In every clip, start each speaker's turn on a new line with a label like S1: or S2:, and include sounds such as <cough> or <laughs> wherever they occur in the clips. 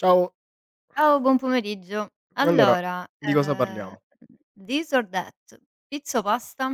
S1: Ciao,
S2: Ciao, buon pomeriggio.
S1: allora
S2: Allora,
S1: di cosa
S2: ehm,
S1: parliamo?
S2: this or that, pizza o pasta?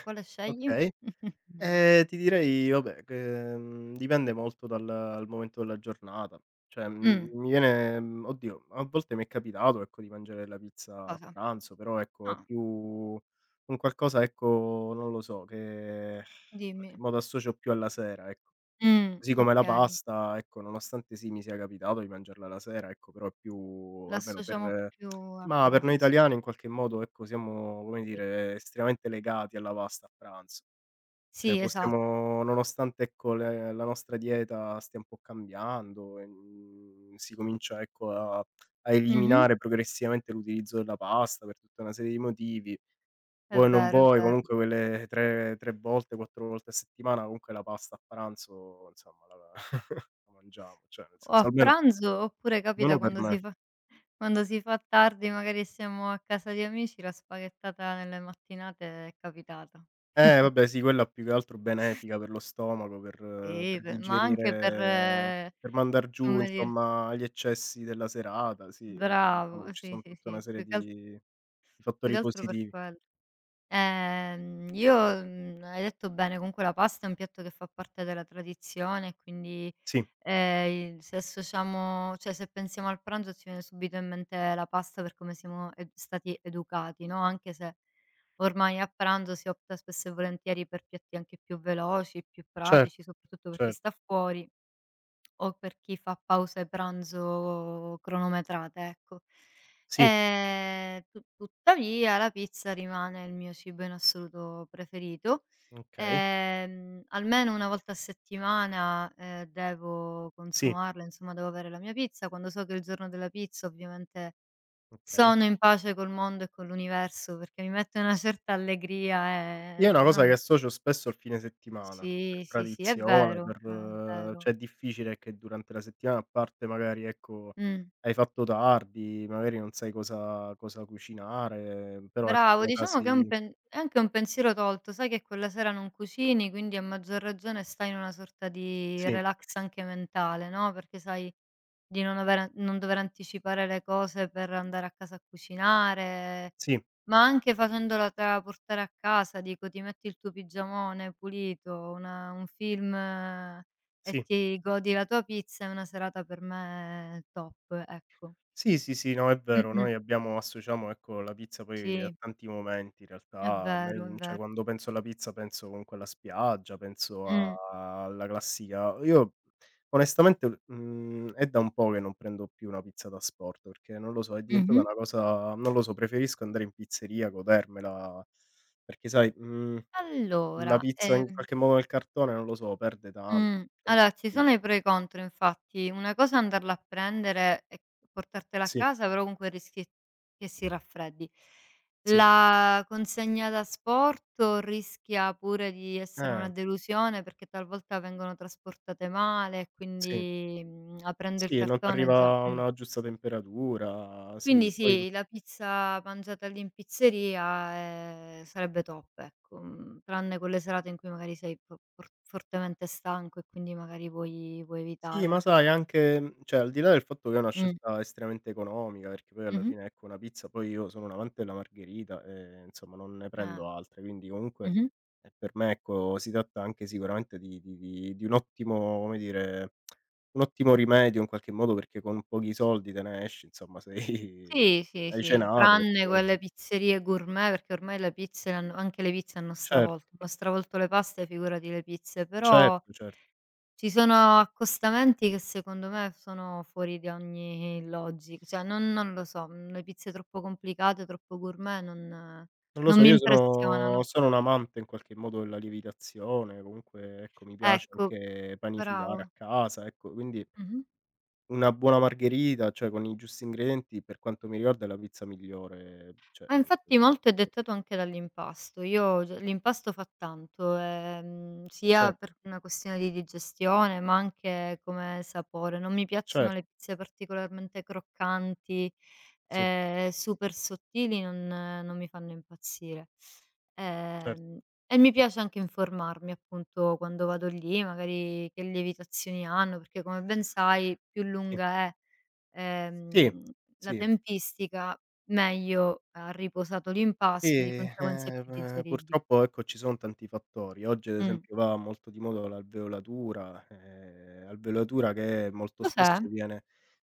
S2: Quale scegli?
S1: Okay,
S2: <laughs>
S1: ti direi vabbè che, dipende molto dal momento della giornata, cioè,
S2: Mh,
S1: mi viene oddio, a volte mi è capitato, ecco, di mangiare la pizza a
S2: cosa?
S1: pranzo, però ecco è
S2: Ah,
S1: più un qualcosa, ecco, non lo so, che in qualche
S2: dimmi.
S1: modo associo più alla sera, ecco. Così come la
S2: Okay,
S1: pasta, ecco, nonostante sì, mi sia capitato di mangiarla la sera, ecco, però è più, almeno
S2: l'associamo
S1: per
S2: più al
S1: mah, per noi
S2: pranzo.
S1: italiani in qualche modo, ecco, siamo, come dire, estremamente legati alla pasta a pranzo. Cioè
S2: Sì, esa
S1: possiamo, nonostante, ecco, le la nostra dieta stia un po' cambiando, si comincia, ecco, a
S2: mh-mh,
S1: eliminare progressivamente l'utilizzo della pasta per tutta una serie di motivi.
S2: è
S1: Vuoi o non
S2: vero, è
S1: vuoi,
S2: vero.
S1: comunque quelle tre volte, quattro volte a settimana, comunque la pasta a pranzo insomma la <laughs> la mangiamo, cioè nel
S2: O a
S1: senso almeno,
S2: pranzo oppure capita
S1: per
S2: quando si
S1: me.
S2: fa <laughs> quando si fa tardi, magari siamo a casa di amici, la spaghettata nelle mattinate è capitata.
S1: Eh vabbè sì, quella più che altro benefica per lo stomaco, per
S2: Sì,
S1: per
S2: pe ma anche per
S1: digerire, per mandar giù
S2: come dire.
S1: insomma gli eccessi della serata, sì, diciamo
S2: Bravo,
S1: ci
S2: sì,
S1: son
S2: sì,
S1: tutta una
S2: sì,
S1: serie di
S2: più che
S1: fattori
S2: altro per
S1: positivi.
S2: quello. Io, hai detto bene, comunque la pasta è un piatto che fa parte della tradizione, quindi,
S1: Sì,
S2: il se associamo, cioè, se pensiamo al pranzo ci viene subito in mente la pasta per come siamo ed stati educati, no, anche se ormai a pranzo si opta spesso e volentieri per piatti anche più veloci, più pratici,
S1: certo,
S2: soprattutto per chi
S1: cer
S2: sta fuori o per chi fa pause pranzo cronometrate, ecco.
S1: sì,
S2: Tu Tuttavia la pizza rimane il mio cibo in assoluto preferito.
S1: okay,
S2: Almeno una volta a settimana, devo
S1: sì,
S2: consumarla, insomma devo avere la mia pizza. Quando so che è il giorno della pizza ovviamente
S1: okay.
S2: sono in pace col mondo e con l'universo, perché mi mette una certa allegria
S1: Io è
S2: e
S1: una
S2: non
S1: cosa
S2: lo
S1: che
S2: so.
S1: associo spesso al fine settimana, per
S2: Sì, sì, sì, è
S1: tradizione,
S2: vero,
S1: per
S2: è
S1: cioè
S2: vero.
S1: è difficile che durante la settimana, a parte magari ecco,
S2: Mh.
S1: hai fatto tardi, magari non sai cosa cucinare, però ecco
S2: Bravo,
S1: sono
S2: diciamo che
S1: casi.
S2: è anche un pensiero tolto, sai che quella sera non cucini, quindi a maggior ragione stai in una sorta di
S1: Sì,
S2: relax anche mentale, no, perché sai di non dover anticipare le cose per andare a casa a cucinare,
S1: sì,
S2: ma anche facendola tra portare a casa, dico ti metti il tuo pigiamone pulito, una un film, e
S1: sì.
S2: ti godi la tua pizza, è una serata per me top, ecco.
S1: Sì, sì, sì, no, è vero.
S2: Mh-mh.
S1: Noi abbiamo associamo, ecco, la pizza poi a
S2: Sì,
S1: tanti momenti in
S2: è
S1: realtà. A me,
S2: vero, è
S1: cioè
S2: vero.
S1: quando penso alla pizza penso comunque alla spiaggia, penso a
S2: Mh.
S1: alla classica, io onestamente, è da un po' che non prendo più una pizza da sport, perché non lo so, è diventata
S2: Mh-mh.
S1: una cosa, non lo so, preferisco andare in pizzeria, godermela, perché sai, la
S2: Allora,
S1: pizza in qualche modo nel cartone, non lo so, perde tanto. Tanti
S2: allora ci
S1: sì,
S2: sono i pro e i contro infatti. Una cosa è andarla a prendere e portartela a
S1: sì.
S2: casa, però comunque rischi che si raffreddi.
S1: Sì.
S2: La consegna da asporto rischia pure di essere una
S1: Eh,
S2: delusione, perché talvolta vengono trasportate male e
S1: sì.
S2: quindi, aprendo il
S1: Sì, non
S2: cartone già.
S1: t'arriva
S2: Mh.
S1: una giusta temperatura, sì,
S2: Quindi
S1: poi
S2: sì, la pizza mangiata lì in pizzeria, sarebbe top, ecco, tranne quelle serate in cui magari sei fo for fortemente stanco e quindi magari vuoi
S1: sì, ma
S2: evitare.
S1: sai anche, cioè al di là del fatto che è una
S2: Mh.
S1: scelta estremamente economica, perché poi alla
S2: Mh-mh.
S1: fine ecco una pizza, poi io sono un amante della margherita e insomma non ne
S2: Eh.
S1: prendo altre, quindi comunque,
S2: Mh-mh.
S1: per me ecco si tratta anche sicuramente di un ottimo, come dire, un ottimo rimedio in qualche modo, perché con pochi soldi te ne esci, insomma <laughs> sei
S2: Sì, sì,
S1: hai
S2: sì,
S1: cenato,
S2: tranne quelle pizzerie gourmet, perché ormai le pizze hanno
S1: certo,
S2: stravolto, hanno stravolto le paste, figurati le pizze, però
S1: certo, cer
S2: ci sono accostamenti che secondo me sono fuori di ogni logica, cioè non lo so, le pizze troppo complicate, troppo gourmet non
S1: non lo
S2: non
S1: so,
S2: mi
S1: io sono
S2: impressionano.
S1: sono un amante in qualche modo della lievitazione, comunque ecco mi piace
S2: Ecco,
S1: anche panificare a
S2: bravo.
S1: casa, ecco, quindi
S2: Mh-mh.
S1: una buona margherita, cioè con i giusti ingredienti, per quanto mi riguarda è la pizza migliore, cioè,
S2: Ma
S1: mhmm,
S2: infatti molto è
S1: sì,
S2: dettato anche dall'impasto. Io g L'impasto fa tanto,
S1: cer
S2: sia per una questione di digestione, ma anche come sapore. Non mi
S1: cer
S2: piacciono le pizze particolarmente croccanti,
S1: sì,
S2: super sottili, non mi fanno impazzire.
S1: cer
S2: Ehm, e mi piace anche informarmi, appunto, quando vado lì, magari che lievitazioni hanno, perché come ben sai più
S1: sì,
S2: lunga è,
S1: sì,
S2: ehm, la
S1: sì.
S2: tempistica, meglio ha riposato
S1: Sì,
S2: l'impasto, di conseguenza è più
S1: p
S2: digeribile.
S1: purtroppo ecco ci son tanti fattori. Oggi ad
S2: Mh.
S1: esempio va molto di moda l'alveolatura, alveolatura che molto
S2: Cos'è?
S1: spesso viene.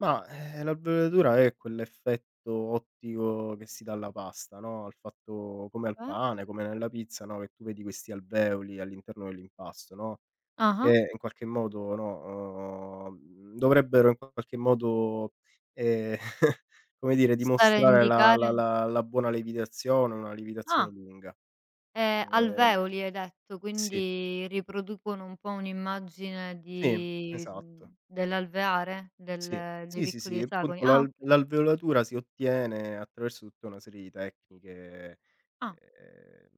S1: Ma, l'alveolatura è quell'effetto ottico che si dà alla pasta, no, al fatto come al
S2: Cioè?
S1: pane, come nella pizza, no, che tu vedi questi alveoli all'interno dell'impasto, no?
S2: Ah-ah.
S1: Che in qualche modo, no, dovrebbero in qualche modo, ehm, <laughs> come dire,
S2: Stare a
S1: dimostrare la la
S2: indicare.
S1: la la buona lievitazione, una lievitazione
S2: Ah,
S1: lunga. Ehm,
S2: alveoli hai detto,
S1: sì,
S2: quindi riproducono un po' un'immagine
S1: sì,
S2: di,
S1: esatto.
S2: dell'alveare?
S1: Sì,
S2: Del Dei
S1: sì, sì,
S2: piccoli
S1: sì,
S2: esagoni?
S1: appunto
S2: Ah, oka
S1: l'alveolatura si ottiene attraverso tutta una serie di tecniche,
S2: ah,
S1: ehm,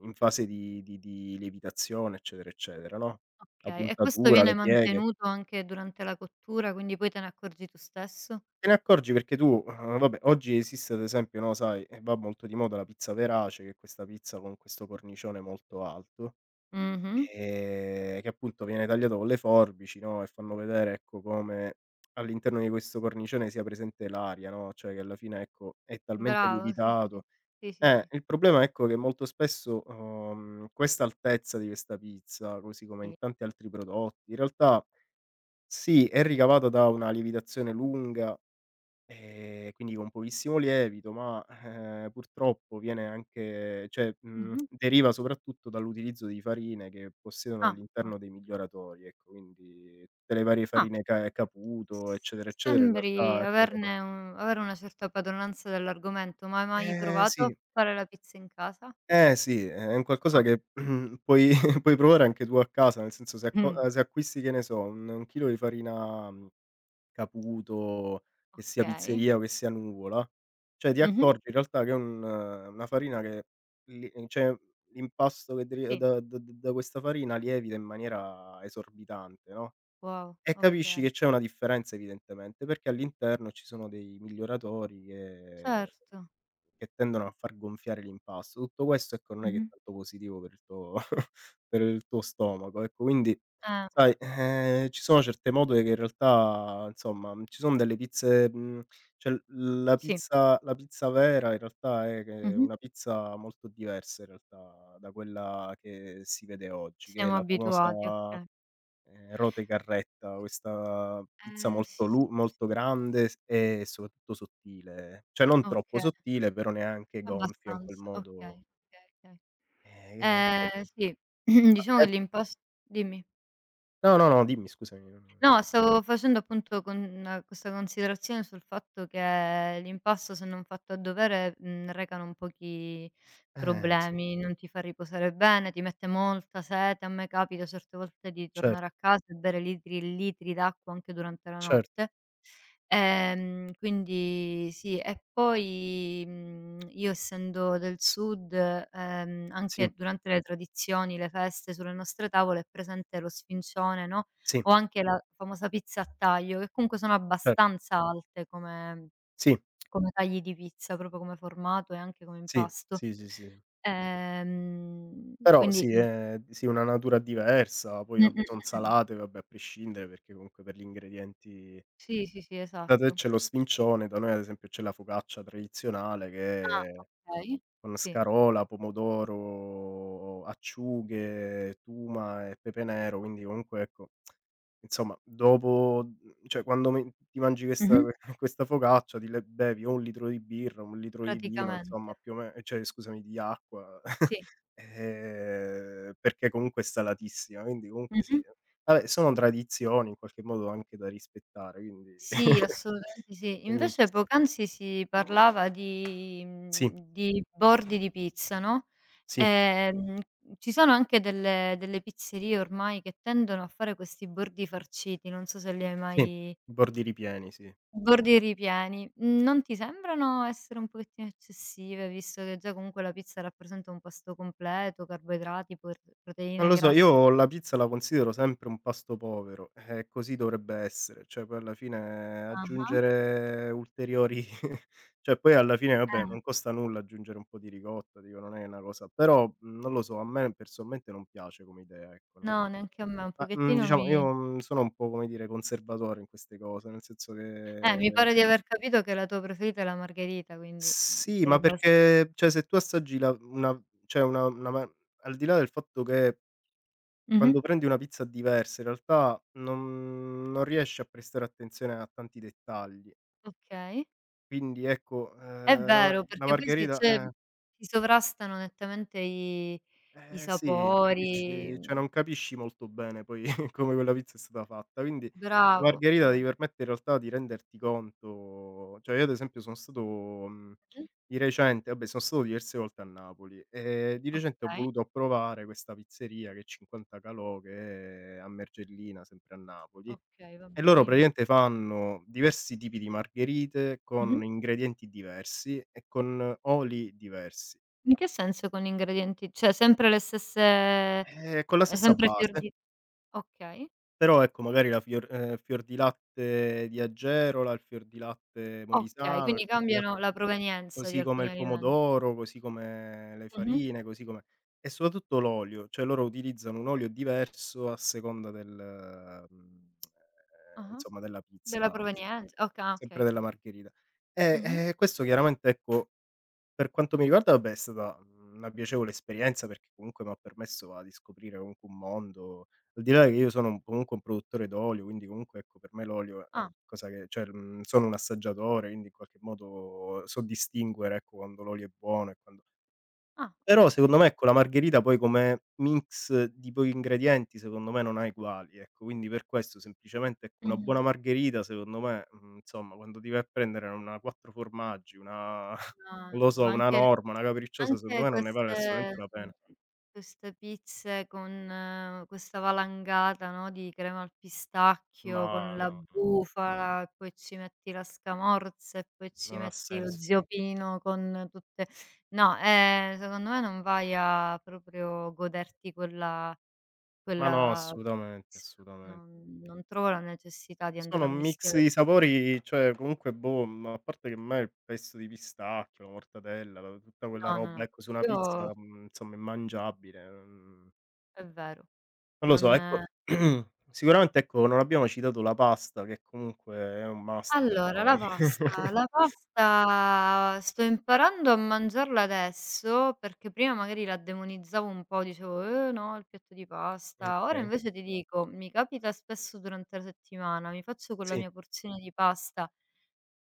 S1: in fase di lievitazione, eccetera, eccetera, no, la
S2: okay. E questo
S1: puntatura,
S2: viene
S1: le pieghe.
S2: mantenuto anche durante la cottura, quindi poi te ne accorgi tu stesso?
S1: Te ne accorgi perché tu, vabbè, oggi esiste ad esempio, no, sai, va molto di moda la pizza verace, che è questa pizza con questo cornicione molto alto,
S2: Mh-mh.
S1: che appunto viene tagliato con le forbici, no, e fanno vedere, ecco, come all'interno di questo cornicione sia presente l'aria, no, cioè che alla fine, ecco, è talmente
S2: Bravo, sì, sì, sì.
S1: lievitato.
S2: Sì, sì,
S1: Eh,
S2: sì.
S1: il problema, ecco, che molto spesso, questa altezza di questa pizza, così come in
S2: Sì.
S1: tanti altri prodotti, in realtà sì, è ricavata da una lievitazione lunga. Quindi con pochissimo lievito, ma, purtroppo viene anche, cioè,
S2: Mh-mh.
S1: deriva soprattutto dall'utilizzo di farine che possiedono
S2: Ah, ah.
S1: all'interno dei miglioratori, ecco, quindi tutte le varie
S2: Ah.
S1: farine ca
S2: S
S1: Caputo, eccetera, eccetera, in
S2: Sembri
S1: realtà ecco sono.
S2: averne un avere una certa padronanza dell'argomento, ma hai mai
S1: Eh sì,
S2: provato a fare la pizza in casa?
S1: eh sì, è un qualcosa
S2: Ah.
S1: che <clears throat> puoi <laughs> puoi provare anche tu a casa, nel senso se acco
S2: Mh.
S1: se acquisti, che ne so, un chilo di farina Caputo, che sia
S2: Okay.
S1: pizzeria o che sia Nuvola, cioè ti
S2: Mh-mh.
S1: accorgi in realtà che è un una farina che li, cioè l'impasto che deri
S2: Sì.
S1: da da da questa farina lievita in maniera esorbitante, no,
S2: Wow,
S1: e capisci
S2: okay.
S1: che c'è una differenza evidentemente, perché all'interno ci sono dei miglioratori che
S2: Certo.
S1: tendono a far gonfiare l'impasto. Tutto questo, ecco, non è che è
S2: Mh-mh.
S1: tanto positivo per il tuo <laughs> per il tuo stomaco, ecco. Quindi
S2: Eh,
S1: sai, ci sono certe mode che in realtà insomma, ci son delle pizze, cioè l la
S2: sì.
S1: pizza vera in realtà è che
S2: Mh-mh.
S1: una pizza molto diversa in realtà da quella che si vede oggi, che è
S2: Siamo
S1: la
S2: abituati,
S1: famosa,
S2: okay.
S1: rote carretta, questa pizza
S2: S
S1: molto grande s e soprattutto sottile, cioè non troppo
S2: okay,
S1: sottile, però neanche gonfia in quel
S2: abbastanza. Okay,
S1: modo,
S2: okay, okay.
S1: che insomma.
S2: Sì, <clears throat> diciamo che
S1: Eh,
S2: l'impas dimmi.
S1: no, no, no, dimmi scusami, non.
S2: No, stavo facendo appunto questa considerazione sul fatto che l'impasto, se non fatto a dovere, reca non pochi
S1: Eh sì,
S2: problemi, non ti fa riposare bene, ti mette molta sete. A me capita certe volte di
S1: certo,
S2: tornare a casa e bere litri e litri d'acqua anche durante la
S1: certo,
S2: notte. Quindi sì, e poi, io essendo del sud,
S1: sì,
S2: anche durante le tradizioni, le feste, sulle nostre tavole è presente lo sfincione, no?
S1: sì,
S2: O anche la famosa pizza a taglio, che comunque sono
S1: certo,
S2: abbastanza alte come
S1: sì,
S2: come tagli di pizza, proprio come formato e anche come
S1: sì,
S2: impasto.
S1: sì, sì, sì. Però
S2: Quindi.
S1: sì,
S2: Mh.
S1: sì, una natura diversa, poi
S2: Mh, mh,
S1: vabbè son
S2: mh, mh.
S1: salate, vabbè a prescindere perché comunque per gli ingredienti.
S2: Sì, sì, sì,
S1: Da te
S2: esatto.
S1: c'è lo sfincione, da noi ad esempio c'è la focaccia tradizionale
S2: Ah,
S1: che
S2: okay.
S1: con
S2: Sì.
S1: scarola, pomodoro, acciughe, tuma e pepe nero, quindi comunque ecco, insomma dopo, cioè quando me ti mangi questa
S2: Mh-mh.
S1: <laughs> questa focaccia ti le bevi o 1 litro di birra, 1 litro di vino,
S2: Praticamente.
S1: insomma più o me cioè scusami, di acqua, <laughs>
S2: Sì.
S1: perché comunque è salatissima, quindi comunque sì.
S2: Mh-mh.
S1: Vabbè sono tradizioni in qualche modo anche da rispettare, quindi
S2: Sì,
S1: <laughs>
S2: assolutamente sì.
S1: quindi ci
S2: Invece
S1: sta.
S2: poc'anzi si parlava
S1: Sì,
S2: di bordi di pizza, no,
S1: sì,
S2: ehm, ci sono anche delle pizzerie ormai che tendono a fare questi bordi farciti, non so se li hai
S1: sì,
S2: mai.
S1: i bordi ripieni, sì.
S2: Bordi ripieni. Mhmm, Non ti sembrano essere un pochettino eccessive, visto che già comunque la pizza rappresenta un pasto completo, carboidrati, por
S1: Non
S2: proteine,
S1: lo so,
S2: grassi.
S1: io la pizza la considero sempre un pasto povero, e così dovrebbe essere, cioè poi alla fine
S2: Ah-ah.
S1: aggiungere ulteriori <laughs> cioè poi alla fine vabbè, non
S2: Eh,
S1: costa nulla aggiungere un po' di ricotta, dico non è una cosa, però, non lo so, a me personalmente non piace come idea, ecco, non
S2: no, neanche a me, un
S1: ma,
S2: pochettino
S1: diciamo
S2: mi.
S1: io, sono un po', come dire, conservatore in queste cose, nel senso
S2: Mi
S1: che.
S2: pare di aver capito che la tua preferita è la margherita, quindi,
S1: Sì,
S2: sei
S1: ma
S2: abbastan
S1: perché cioè se tu assaggi la una cioè una ma al di là del fatto che
S2: mh-mh,
S1: quando prendi una pizza diversa in realtà non riesci a prestare attenzione a tanti dettagli.
S2: okay.
S1: Quindi ecco,
S2: È
S1: la ma
S2: vero,
S1: la
S2: perché poi
S1: margherita eh.
S2: si sovrastano nettamente i
S1: Eh sì,
S2: sapori,
S1: capisci cioè non capisci molto bene poi <laughs> come quella pizza è stata fatta, quindi la
S2: bravo,
S1: margherita ti permette in realtà di renderti conto, cioè io ad esempio sono stato,
S2: mh-mh,
S1: di recente, vabbè sono stato diverse volte a Napoli, e di recente ho
S2: okay,
S1: voluto provare questa pizzeria che è 50 Calò, che è a Mergellina, sempre a Napoli,
S2: okay,
S1: e
S2: vabbè,
S1: loro
S2: dimmi.
S1: praticamente fanno diversi tipi di margherite
S2: Mh-mh.
S1: con ingredienti diversi e con oli diversi,
S2: In che senso con ingredienti, cioè sempre le stesse,
S1: con la stessa
S2: sempre fior
S1: base.
S2: di okay,
S1: Però ecco magari la fior fior di latte di Agerola, il fior di latte
S2: okay,
S1: molisano, il
S2: quindi
S1: fior di latte,
S2: cambiano la provenienza di
S1: così come
S2: alcuni
S1: il
S2: alimen
S1: pomodoro, così come le
S2: mh-mh,
S1: farine, così come e soprattutto l'olio, cioè loro utilizzano un olio diverso a seconda mhmm,
S2: ah-ah,
S1: insomma della
S2: della
S1: pizza,
S2: provenienza, okay,
S1: sempre della
S2: okay.
S1: margherita. E
S2: Mh-mh.
S1: e questo chiaramente ecco, per quanto mi riguarda, vabbè, è stata, una piacevole esperienza perché comunque m'ha permesso va di scoprire comunque un mondo. Al di là che io sono un comunque un produttore d'olio, quindi comunque ecco per me l'olio è un
S2: Ah,
S1: cosa che cioè, sono un assaggiatore, quindi in qualche modo so distinguere ecco quando l'olio è buono e quando.
S2: ah,
S1: Però secondo me
S2: okay.
S1: ecco la margherita poi come mix di pochi ingredienti secondo me non ha eguali, ecco. Quindi per questo semplicemente ecco una
S2: Mh-mh.
S1: buona margherita secondo me, insomma quando ti vai a prendere una quattro formaggi, una <laughs>
S2: Ma
S1: non lo so,
S2: ma
S1: una
S2: anche
S1: norma, una capricciosa, secondo
S2: anche
S1: me non ne vale assolutamente la pena.
S2: queste pizze con questa valangata, no, di crema al pistacchio con
S1: Ma
S2: la
S1: no, non
S2: bufala, e poi ci metti la scamorza, e poi ci
S1: non ha
S2: metti lo
S1: senso.
S2: ziopino con tutte. No, secondo me non vai a proprio goderti quella
S1: Ma no,
S2: quella
S1: assolutamente,
S2: pizza.
S1: assolutamen
S2: Non trovo la necessità di andare
S1: Sono
S2: a
S1: un mix
S2: mischiare.
S1: di sapori, cioè comunque boh, a parte che a me il pesto di pistacchio, la mortadella, la tutta quella
S2: No, no,
S1: roba
S2: no.
S1: ecco su una
S2: Io.
S1: pizza, insomma è mangiabile,
S2: È vero.
S1: non lo so
S2: Non.
S1: ecco <clears throat> sicuramente ecco non abbiamo citato la pasta che comunque è un must per
S2: Allora
S1: noi.
S2: la pasta
S1: <laughs>
S2: la pasta sto imparando a mangiarla adesso, perché prima magari la demonizzavo un po', dicevo: "Eh no, il piatto di pasta". Ora
S1: Okay.
S2: invece ti dico, mi capita spesso durante la settimana, mi faccio quella
S1: Sì,
S2: mia porzione di pasta.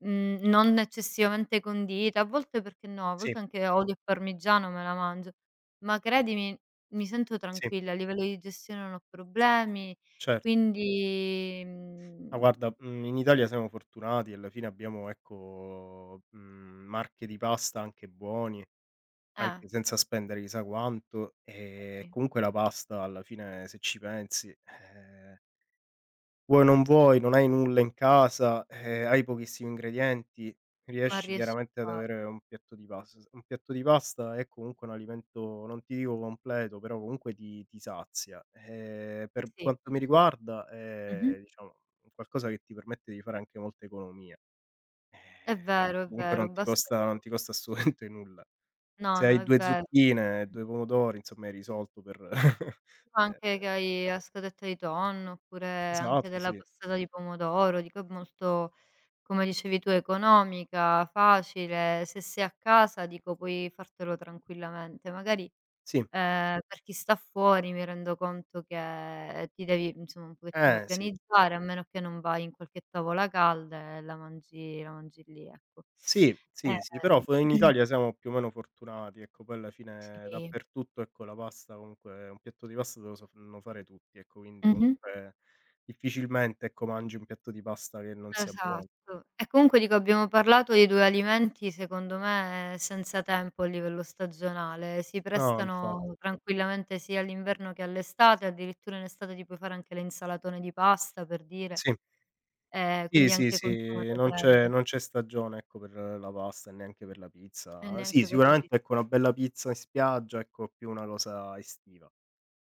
S2: Non eccessivamente condita, a volte perché no, a
S1: sì,
S2: volte anche olio e parmigiano me la mangio, ma credimi mi sento
S1: sì,
S2: tranquilla, a livello di digestione non ho problemi,
S1: certo.
S2: quindi,
S1: Ma
S2: mhmm
S1: guarda, in Italia siamo fortunati, alla fine abbiamo ecco, marche di pasta anche buoni.
S2: eh,
S1: Anche senza spendere chissà quanto, e
S2: okay,
S1: comunque la pasta alla fine se ci pensi, vuoi o non vuoi, non hai nulla in casa, hai pochissimi ingredienti,
S2: ma
S1: riesci
S2: riesci a
S1: chiaramente ad
S2: fare.
S1: avere un piatto di pasta. S un piatto di pasta è comunque un alimento, non ti dico completo, però comunque ti sazia. Per
S2: Sì.
S1: quanto mi riguarda
S2: Mh-mh.
S1: è, diciamo, un qualcosa che ti permette di fare anche molta economia, perché
S2: È
S1: comunque
S2: vero, basta
S1: non
S2: po
S1: ti costa assolutamente nulla.
S2: no,
S1: Se
S2: no,
S1: hai
S2: è
S1: due
S2: vero.
S1: zucchine e due pomodori, insomma hai risolto per <laughs> eh,
S2: Anche
S1: eh,
S2: che hai a scadetta di tonno, oppure anche
S1: esatto,
S2: della
S1: sì.
S2: passata di pomodoro, dico è molto, come dicevi tu, economica, facile. Se sei a casa dico puoi fartelo tranquillamente. Magari,
S1: Sì,
S2: per chi sta fuori mi rendo conto che ti devi, insomma, un pochettino
S1: eh sì.
S2: organizzare, a meno che non vai in qualche tavola calda e la mangi lì, ecco.
S1: Sì, sì, sì, però
S2: Ehm
S1: f in
S2: <clears throat>
S1: Italia siamo più o meno fortunati, ecco, poi alla fine
S2: sì.
S1: dappertutto, ecco, la pasta, comunque un piatto di pasta te lo sanno fare tutti, ecco, quindi
S2: Mh-mh.
S1: comunque difficilmente, ecco, mangi un piatto di pasta che non sia
S2: Esatto.
S1: buono.
S2: E comunque dico abbiamo parlato di due alimenti secondo me senza tempo a livello stagionale, si
S1: No, infatti.
S2: prestano tranquillamente sia all'inverno che all'estate, addirittura in estate ti puoi fare anche le insalatone di pasta per dire,
S1: Sì. Sì,
S2: quindi
S1: sì,
S2: anche
S1: sì,
S2: consumate fredde.
S1: non c'è stagione, ecco, per la pasta e neanche per la
S2: E
S1: pizza. Sì,
S2: neanche per la pi
S1: sicuramente, ecco, una bella pizza in spiaggia, ecco, è più una cosa estiva.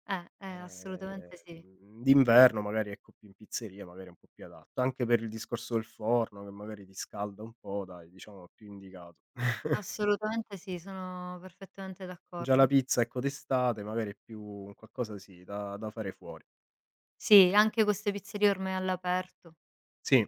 S1: Ehm,
S2: assolutamente sì.
S1: d'inverno magari, ecco, più in pizzeria, magari è un po' più adatto. Anche per il discorso del forno, che magari ti scalda un po', dai, diciamo è più indicato. <laughs>
S2: Assolutamente sì, sono perfettamente
S1: Già la
S2: d'accordo.
S1: pizza, ecco, d'estate magari è più un qualcosa sì, da fare fuori.
S2: Sì, anche queste pizzerie ormai all'aperto.
S1: Sì.